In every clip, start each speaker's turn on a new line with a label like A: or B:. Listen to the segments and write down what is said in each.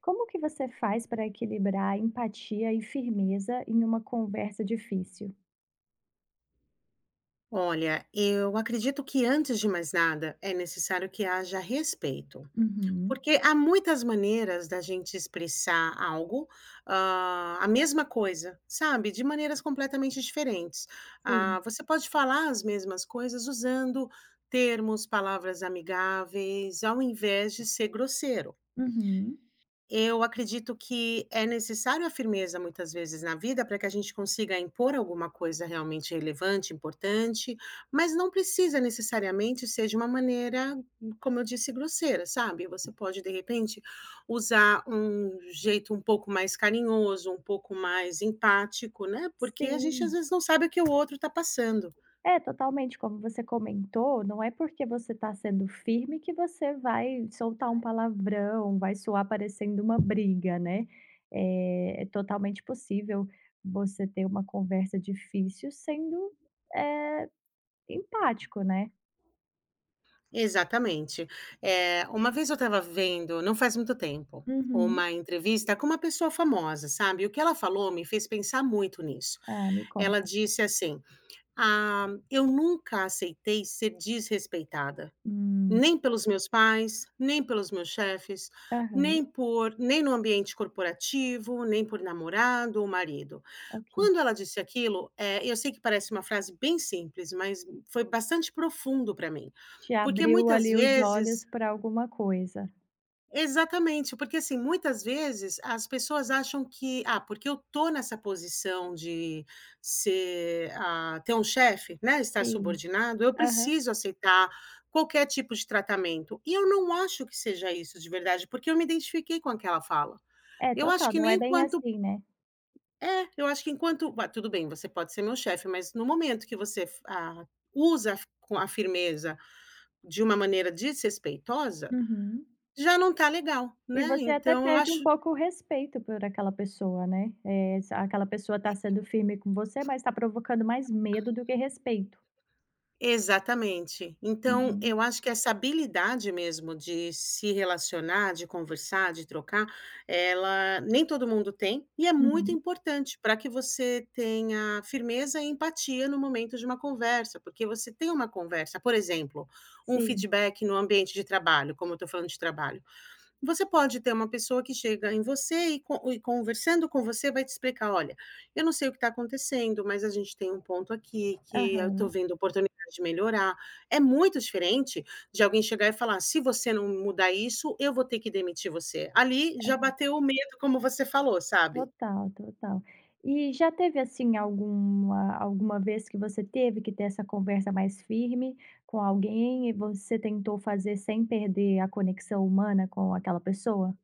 A: Como que você faz para equilibrar empatia e firmeza em uma conversa difícil?
B: Olha, eu acredito que antes de mais nada é necessário que haja respeito,
A: Uhum.
B: porque há muitas maneiras da gente expressar algo, a mesma coisa, sabe, de maneiras completamente diferentes. Ah,
A: Sim.
B: você pode falar as mesmas coisas usando termos, palavras amigáveis, ao invés de ser grosseiro.
A: Uhum.
B: Eu acredito que é necessário a firmeza muitas vezes na vida para que a gente consiga impor alguma coisa realmente relevante, importante, mas não precisa necessariamente ser de uma maneira, como eu disse, grosseira, sabe? Você pode, de repente, usar um jeito um pouco mais carinhoso, um pouco mais empático, né? Porque a gente às
A: Sim.
B: vezes não sabe o que o outro está passando.
A: É, totalmente. Como você comentou, não é porque você está sendo firme que você vai soltar um palavrão, vai soar parecendo uma briga, né? É, é totalmente possível você ter uma conversa difícil sendo, eh, empático, né?
B: Exatamente. Uma vez eu estava vendo, não faz muito tempo,
A: Uhum.
B: uma entrevista com uma pessoa famosa, sabe, o que ela falou me fez pensar muito nisso.
A: Ah, me
B: Ela
A: conta.
B: disse assim: "Ah, eu nunca aceitei ser desrespeitada".
A: Hum.
B: Nem pelos meus pais, nem pelos meus chefes,
A: Aham,
B: nem no ambiente corporativo, nem por namorado ou marido.
A: ok.
B: Quando ela disse aquilo, eu sei que parece uma frase bem simples, mas foi bastante profundo para mim,
A: Te
B: porque
A: abriu
B: muitas
A: ali os
B: vezes
A: olhos para alguma coisa.
B: exatamente, porque assim, muitas vezes as pessoas acham que, porque eu tô nessa posição de ter um chefe, né, estar
A: Sim.
B: subordinado, eu
A: Aham.
B: preciso aceitar qualquer tipo de tratamento. E eu não acho que seja isso de verdade, porque eu me identifiquei com aquela fala.
A: É,
B: Eu acho
A: total,
B: que
A: não é
B: nem
A: bem
B: enquanto
A: assim, né.
B: é, eu acho que enquanto tudo bem, você pode ser meu chefe, mas no momento que você, usa a fi com a firmeza de uma maneira desrespeitosa,
A: Uhum.
B: já não tá legal,
A: E
B: né.
A: você até
B: Então eu
A: perde um
B: acho
A: pouco o respeito por aquela pessoa, né. S aquela pessoa tá sendo firme com você, mas tá provocando mais medo do que respeito.
B: Exatamente. Então,
A: Uhum,
B: eu acho que essa habilidade mesmo de se relacionar, de conversar, de trocar, ela nem todo mundo tem e é muito
A: uhum.
B: importante para que você tenha firmeza e empatia no momento de uma conversa, porque você tem uma conversa, por exemplo, um
A: Sim.
B: feedback no ambiente de trabalho, como eu estou falando de trabalho. Você pode ter uma pessoa que chega em você e conversando com você vai te explicar: "Olha, eu não sei o que está acontecendo, mas a gente tem um ponto aqui que eu estou
A: Aham,
B: vendo oportunidade de melhorar". É muito diferente de alguém chegar e falar: "Se você não mudar isso, eu vou ter que demitir você". Ali
A: é.
B: já bateu o medo, como você falou, sabe.
A: Total, total. E já teve, assim, alguma vez que você teve que ter essa conversa mais firme com alguém e você tentou fazer sem perder a conexão humana com aquela pessoa?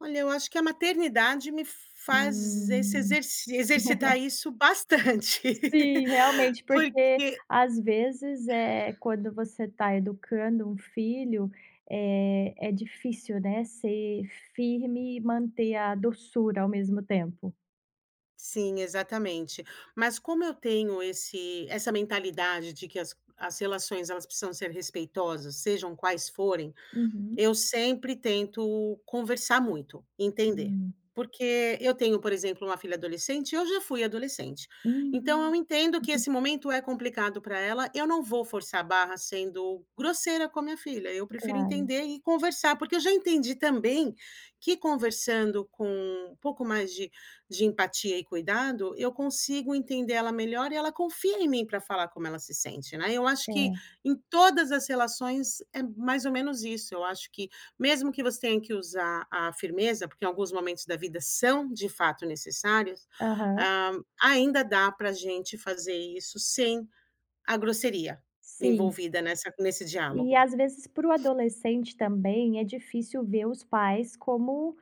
B: Olha, eu acho que a maternidade me faz esse
A: Hum.
B: exerci exercitar isso bastante,
A: Sim, realmente, porque
B: porque
A: às vezes, é quando você está educando um filho, é difícil, né, ser firme e manter a doçura ao mesmo tempo.
B: sim, exatamente. Mas como eu tenho esse essa mentalidade de que as relações elas precisam ser respeitosas, sejam quais forem,
A: Uhum.
B: eu sempre tento conversar muito, entender.
A: Hum.
B: Porque eu tenho, por exemplo, uma filha adolescente, eu já fui adolescente. Então eu
A: Hum.
B: entendo que esse momento é complicado para ela, eu não vou forçar a barra sendo grosseira com a minha filha, eu prefiro
A: Claro,
B: entender e conversar, porque eu já entendi também que conversando com um pouco mais de empatia e cuidado, eu consigo entender ela melhor e ela confia em mim para falar como ela se sente, né. Eu acho que
A: é.
B: em todas as relações é mais ou menos isso, eu acho que mesmo que você tenha que usar a firmeza, porque em alguns momentos da vida são de fato necessários,
A: Aham,
B: hã, ainda dá pra gente fazer isso sem a grosseria
A: sim.
B: envolvida nessa nesse
A: E
B: diálogo.
A: às vezes para o adolescente também é difícil ver os pais como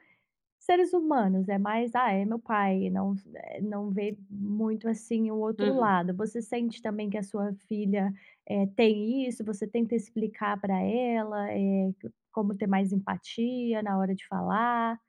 A: seres humanos, é mais: "Ah, é meu pai", não não vê muito, assim, o outro
B: Uhum.
A: lado. Você sente também que a sua filha, tem isso? Você tenta explicar para ela, c como ter mais empatia na hora de falar?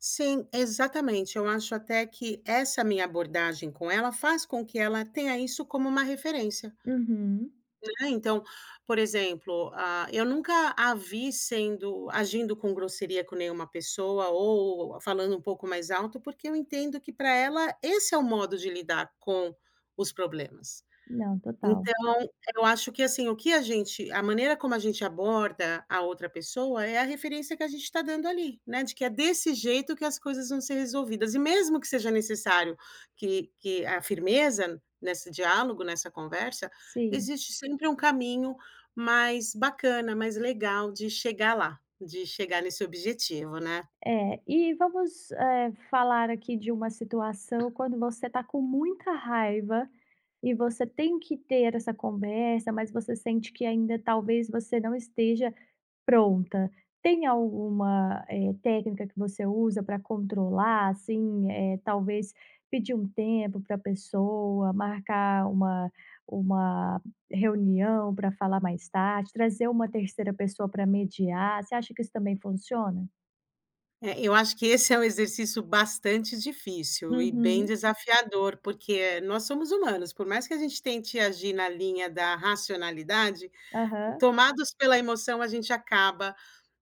B: Sim, exatamente, eu acho até que essa minha abordagem com ela faz com que ela tenha isso como uma referência,
A: Uhum.
B: né. Então, por exemplo, ah, eu nunca a vi sendo agindo com grosseria com nenhuma pessoa ou falando um pouco mais alto, porque eu entendo que para ela esse é o modo de lidar com os problemas.
A: Não, total.
B: Então, eu acho que, assim, o que a gente a maneira como a gente aborda a outra pessoa é a referência que a gente está dando ali, né, de que é desse jeito que as coisas vão ser resolvidas. E mesmo que seja necessário que a firmeza nesse diálogo, nessa conversa,
A: Sim.
B: existe sempre um caminho mais bacana, mais legal de chegar lá, de chegar nesse objetivo, né.
A: É, e vamos, falar aqui de uma situação quando você está com muita raiva e você tem que ter essa conversa, mas você sente que ainda talvez você não esteja pronta. Tem alguma, técnica que você usa para controlar, assim, talvez pedir um tempo para a pessoa, marcar uma reunião para falar mais tarde, trazer uma terceira pessoa para mediar. Você acha que isso também funciona?
B: É, eu acho que esse é um exercício bastante difícil e bem
A: Uhum.
B: desafiador, porque nós somos humanos, por mais que a gente tente agir na linha da racionalidade,
A: Aham,
B: tomados pela emoção, a gente acaba,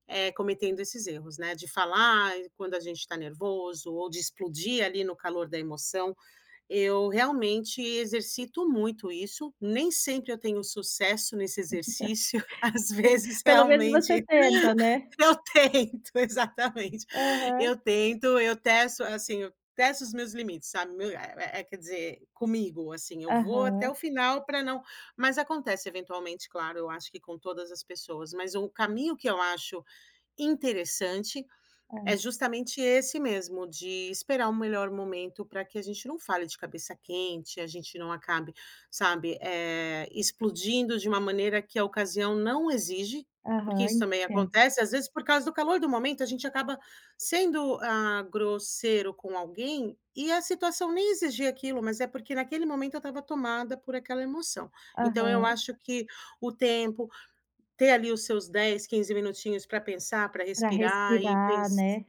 B: cometendo esses erros, né, de falar quando a gente está nervoso ou de explodir ali no calor da emoção. Eu realmente exercito muito isso, nem sempre eu tenho sucesso nesse exercício, às
A: sim.
B: vezes
A: Pelo menos
B: realmente
A: você tenta, né.
B: eu tento, exatamente.
A: Aham,
B: Eu tento, eu testo, assim, eu testo os meus limites, sabe, meu é é é, quer dizer, comigo, assim, eu vou até o
A: aham,
B: final para não, mas acontece eventualmente, claro, eu acho que com todas as pessoas, mas o caminho que eu acho interessante é
A: é,
B: justamente esse mesmo, de esperar o melhor momento para que a gente não fale de cabeça quente, a gente não acabe, sabe, explodindo de uma maneira que a ocasião não exige, porque
A: aham,
B: isso também
A: entendo.
B: acontece, às vezes, por causa do calor do momento, a gente acaba sendo, ah, grosseiro com alguém e a situação nem exigia aquilo, mas é porque naquele momento eu estava tomada por aquela emoção. Então eu
A: Aham,
B: acho que o tempo, ter ali os seus 10, 15 minutinhos para pensar, para
A: pra
B: respirar
A: respirar, né.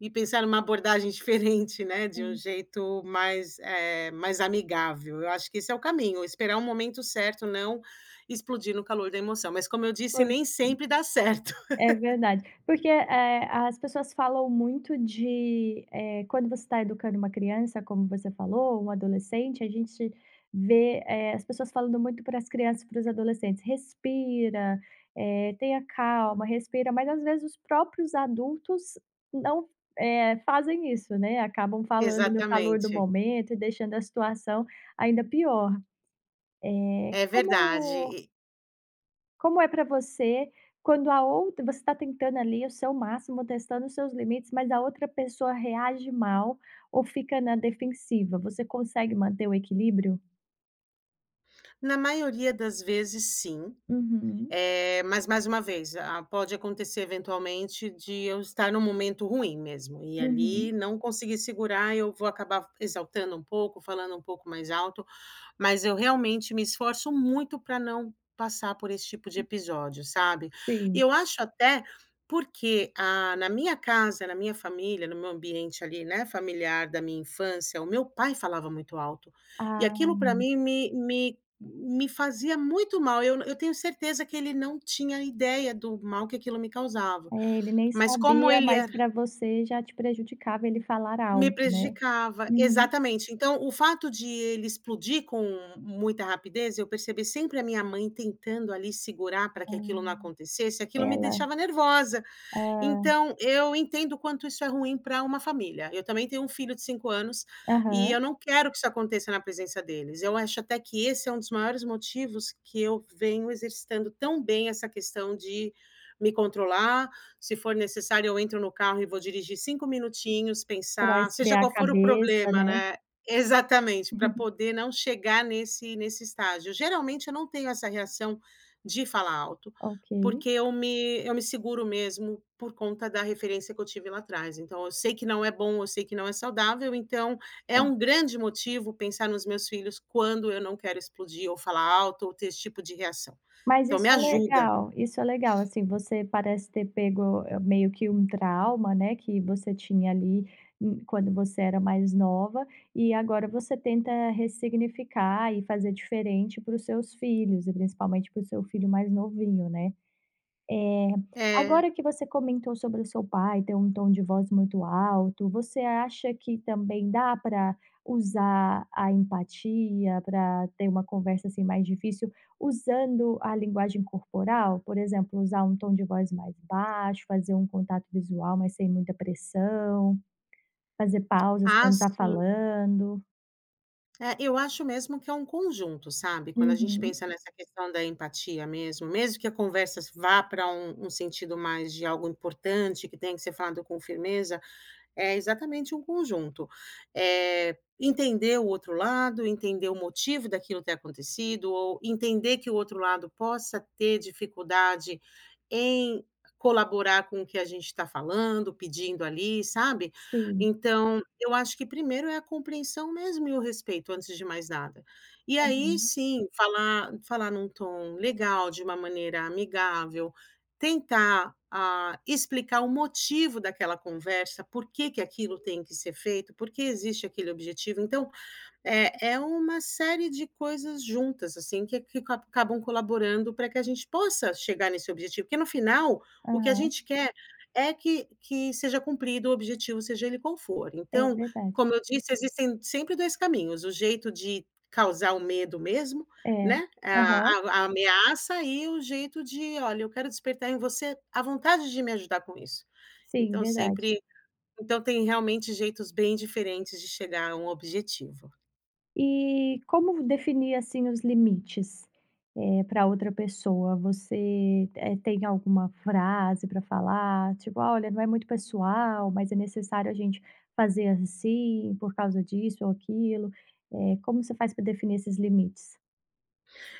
B: e pensar numa abordagem diferente, né, de um
A: Sim,
B: jeito mais, mais amigável. Eu acho que esse é o caminho, esperar o momento certo, não explodir no calor da emoção. Mas como eu disse,
A: por
B: nem sempre dá certo.
A: É verdade. Porque, as pessoas falam muito de, quando você está educando uma criança, como você falou, um adolescente, a gente vê, as pessoas falando muito para as crianças e para os adolescentes: "Respira, tenha calma, respira", mas às vezes os próprios adultos não, fazem isso, né, acabam falando no calor do
B: Exatamente.
A: momento e deixando a situação ainda pior. Eh,
B: É verdade.
A: como
B: E
A: Como é para você quando a outra você está tentando ali o seu máximo, testando os seus limites, mas a outra pessoa reage mal ou fica na defensiva? Você consegue manter o equilíbrio?
B: na maioria das vezes, sim.
A: Uhum,
B: Mas mais uma vez, pode acontecer eventualmente de eu estar num momento ruim mesmo, e
A: uhum,
B: ali não conseguir segurar, eu vou acabar exaltando um pouco, falando um pouco mais alto. Mas eu realmente me esforço muito para não passar por esse tipo de episódio, sabe. E
A: sim.
B: eu acho até porque, na minha casa, na minha família, no meu ambiente ali, né, familiar da minha infância, o meu pai falava muito alto. E
A: Ah,
B: aquilo para mim me fazia muito mal. Eu tenho certeza que ele não tinha ideia do mal que aquilo me causava.
A: é, ele nem
B: Mas como
A: sabia,
B: ele
A: mas
B: era
A: para você já te prejudicava ele falar
B: me
A: alto, né?
B: prejudicava,
A: Uhum.
B: exatamente. Então, o fato de ele explodir com muita rapidez, eu percebi sempre a minha mãe tentando ali segurar para que aquilo não
A: Ah,
B: acontecesse, aquilo me
A: ela
B: deixava nervosa.
A: ah,
B: Então, eu entendo o quanto isso é ruim para uma família. Eu também tenho um filho de 5 anos e
A: aham,
B: eu não quero que isso aconteça na presença deles. Eu acho até que esse é um dos maiores motivos que eu venho exercitando tão bem essa questão de me controlar. Se for necessário, eu entro no carro e vou dirigir 5 minutinhos,
A: pra
B: pensar, seja
A: esfriar a
B: qual for o
A: cabeça,
B: problema,
A: né?
B: né. Exatamente, para poder não chegar nesse estágio. Geralmente eu não tenho essa reação de falar alto.
A: Ok.
B: Porque eu me seguro mesmo por conta da referência que eu tive lá atrás. Então eu sei que não é bom, eu sei que não é saudável, então é um grande motivo pensar nos meus filhos quando eu não quero explodir ou falar alto ou ter esse tipo de reação.
A: Mas
B: Então me ajuda.
A: isso é legal, assim, você parece ter pego, meio que um trauma, né, que você tinha ali, quando você era mais nova, e agora você tenta ressignificar e fazer diferente para os seus filhos, e principalmente para o seu filho mais novinho, né?
B: É.
A: Agora que você comentou sobre o seu pai ter um tom de voz muito alto, você acha que também dá para usar a empatia para ter uma conversa, assim, mais difícil, usando a linguagem corporal? Por exemplo, usar um tom de voz mais baixo, fazer um contato visual, mas sem muita pressão, fazer pausas
B: Ah,
A: quando está
B: sim.
A: falando?
B: É, eu acho mesmo que é um conjunto, sabe, quando a gente
A: Uhum.
B: pensa nessa questão da empatia mesmo, mesmo que a conversa vá para um sentido mais de algo importante que tem que ser falado com firmeza, é exatamente um conjunto. Entender o outro lado, entender o motivo daquilo ter acontecido ou entender que o outro lado possa ter dificuldade em colaborar com o que a gente está falando, pedindo ali, sabe.
A: Sim.
B: Então, eu acho que primeiro é a compreensão mesmo e o respeito, antes de mais nada. E aí
A: Aham.
B: sim, falar num tom legal, de uma maneira amigável, tentar, explicar o motivo daquela conversa, por que que aquilo tem que ser feito, por que existe aquele objetivo. Então, é, é uma série de coisas juntas, assim, que ca acabam colaborando para que a gente possa chegar nesse objetivo, porque no final, o que a
A: Aham.
B: gente quer é que seja cumprido o objetivo, seja ele qual for.
A: É
B: Então,
A: verdade.
B: como eu disse, existem sempre 2 caminhos, o jeito de causar o medo mesmo,
A: É.
B: né, a
A: Aham.
B: a a ameaça e o jeito de: "Olha, eu quero despertar em você a vontade de me ajudar com isso".
A: Sim,
B: Então
A: verdade.
B: sempre então tem realmente jeitos bem diferentes de chegar a um objetivo.
A: E como definir, assim, os limites, para outra pessoa? Você, tem alguma frase para falar, tipo: "Ah, "Olha, não é muito pessoal, mas é necessário a gente fazer assim, por causa disso ou aquilo". Eh, como você faz para definir esses limites?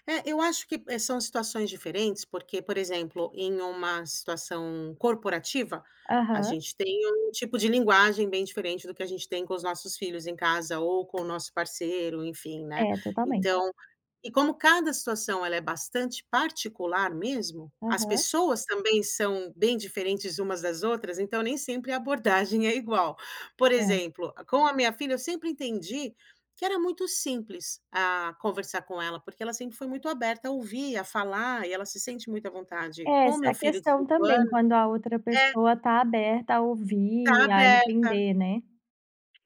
B: É, eu acho que, são situações diferentes, porque, por exemplo, em uma situação corporativa, a
A: Aham.
B: gente tem um tipo de linguagem bem diferente do que a gente tem com os nossos filhos em casa ou com o nosso parceiro, enfim, né.
A: É, totalmente.
B: Então e como cada situação ela é bastante particular mesmo, as
A: Aham.
B: pessoas também são bem diferentes umas das outras, então nem sempre a abordagem é igual. Por
A: É.
B: exemplo, com a minha filha eu sempre entendi que era muito simples, a conversar com ela, porque ela sempre foi muito aberta a ouvir, a falar, e ela se sente muito à vontade.
A: É,
B: Com o
A: essa é
B: meu
A: a
B: filho de
A: questão
B: 5
A: também,
B: anos
A: quando a outra
B: é,
A: pessoa está aberta a
B: tá
A: ouvir, a
B: aberta.
A: entender, né.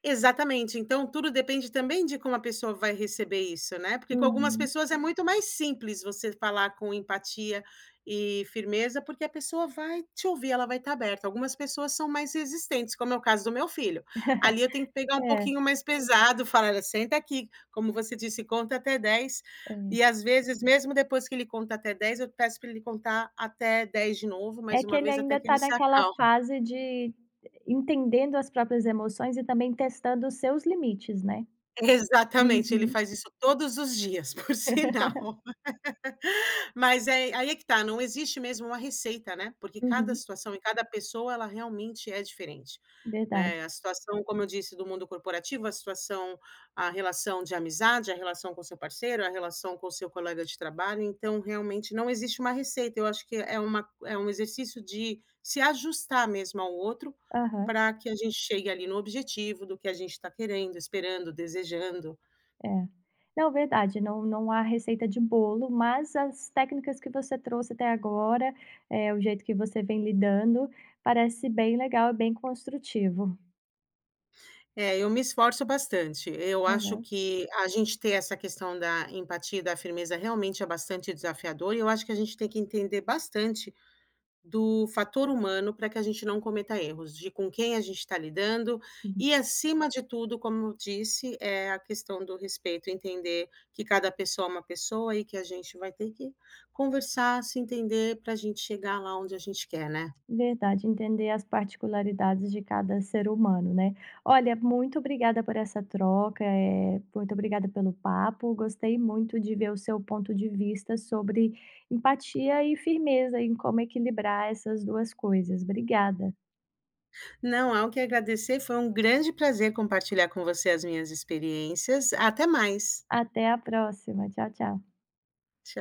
B: Exatamente, então tudo depende também de como a pessoa vai receber isso, né, porque com algumas
A: Uhum.
B: pessoas é muito mais simples você falar com empatia e firmeza, porque a pessoa vai te ouvir, ela vai estar aberta. Algumas pessoas são mais resistentes, como é o caso do meu filho. Ali eu tenho que pegar um
A: É,
B: pouquinho mais pesado, falar: "Olha, senta aqui", como você disse, conta até 10. E
A: é.
B: às vezes mesmo depois que ele conta até 10, eu peço para ele contar até 10 de novo, mais
A: É que
B: uma
A: ele
B: vez, até
A: ainda
B: que ele
A: está
B: se
A: naquela
B: acalme.
A: fase de entendendo as próprias emoções e também testando os seus limites, né.
B: Exatamente, ele
A: Uhum.
B: faz isso todos os dias, por sinal. Mas é aí é que tá, não existe mesmo uma receita, né, porque cada
A: Uhum.
B: situação e cada pessoa, ela realmente é diferente,
A: Verdade.
B: né. A situação, como eu disse, do mundo corporativo, a relação de amizade, a relação com seu parceiro, a relação com seu colega de trabalho, então realmente não existe uma receita, eu acho que é uma é um exercício de se ajustar mesmo ao outro,
A: Aham,
B: para que a gente chegue ali no objetivo do que a gente está querendo, esperando, desejando.
A: é. Não, verdade, não não há receita de bolo, mas as técnicas que você trouxe até agora, o jeito que você vem lidando, parece bem legal e bem construtivo.
B: É, eu me esforço bastante. Eu acho
A: Aham,
B: que a gente ter essa questão da empatia e da firmeza realmente é bastante desafiador, e eu acho que a gente tem que entender bastante do fator humano para que a gente não cometa erros, de com quem a gente está lidando, e
A: sim.
B: acima de tudo, como eu disse, é a questão do respeito, entender que cada pessoa é uma pessoa e que a gente vai ter que conversar, se entender para a gente chegar lá onde a gente quer, né?
A: Verdade, entender as particularidades de cada ser humano, né. Olha, muito obrigada por essa troca, muito obrigada pelo papo, gostei muito de ver o seu ponto de vista sobre empatia e firmeza em como equilibrar essas 2 coisas. Obrigada.
B: Não há o que agradecer, foi um grande prazer compartilhar com você as minhas experiências. Até mais.
A: Até a próxima. Tchau, tchau.
B: Tchau.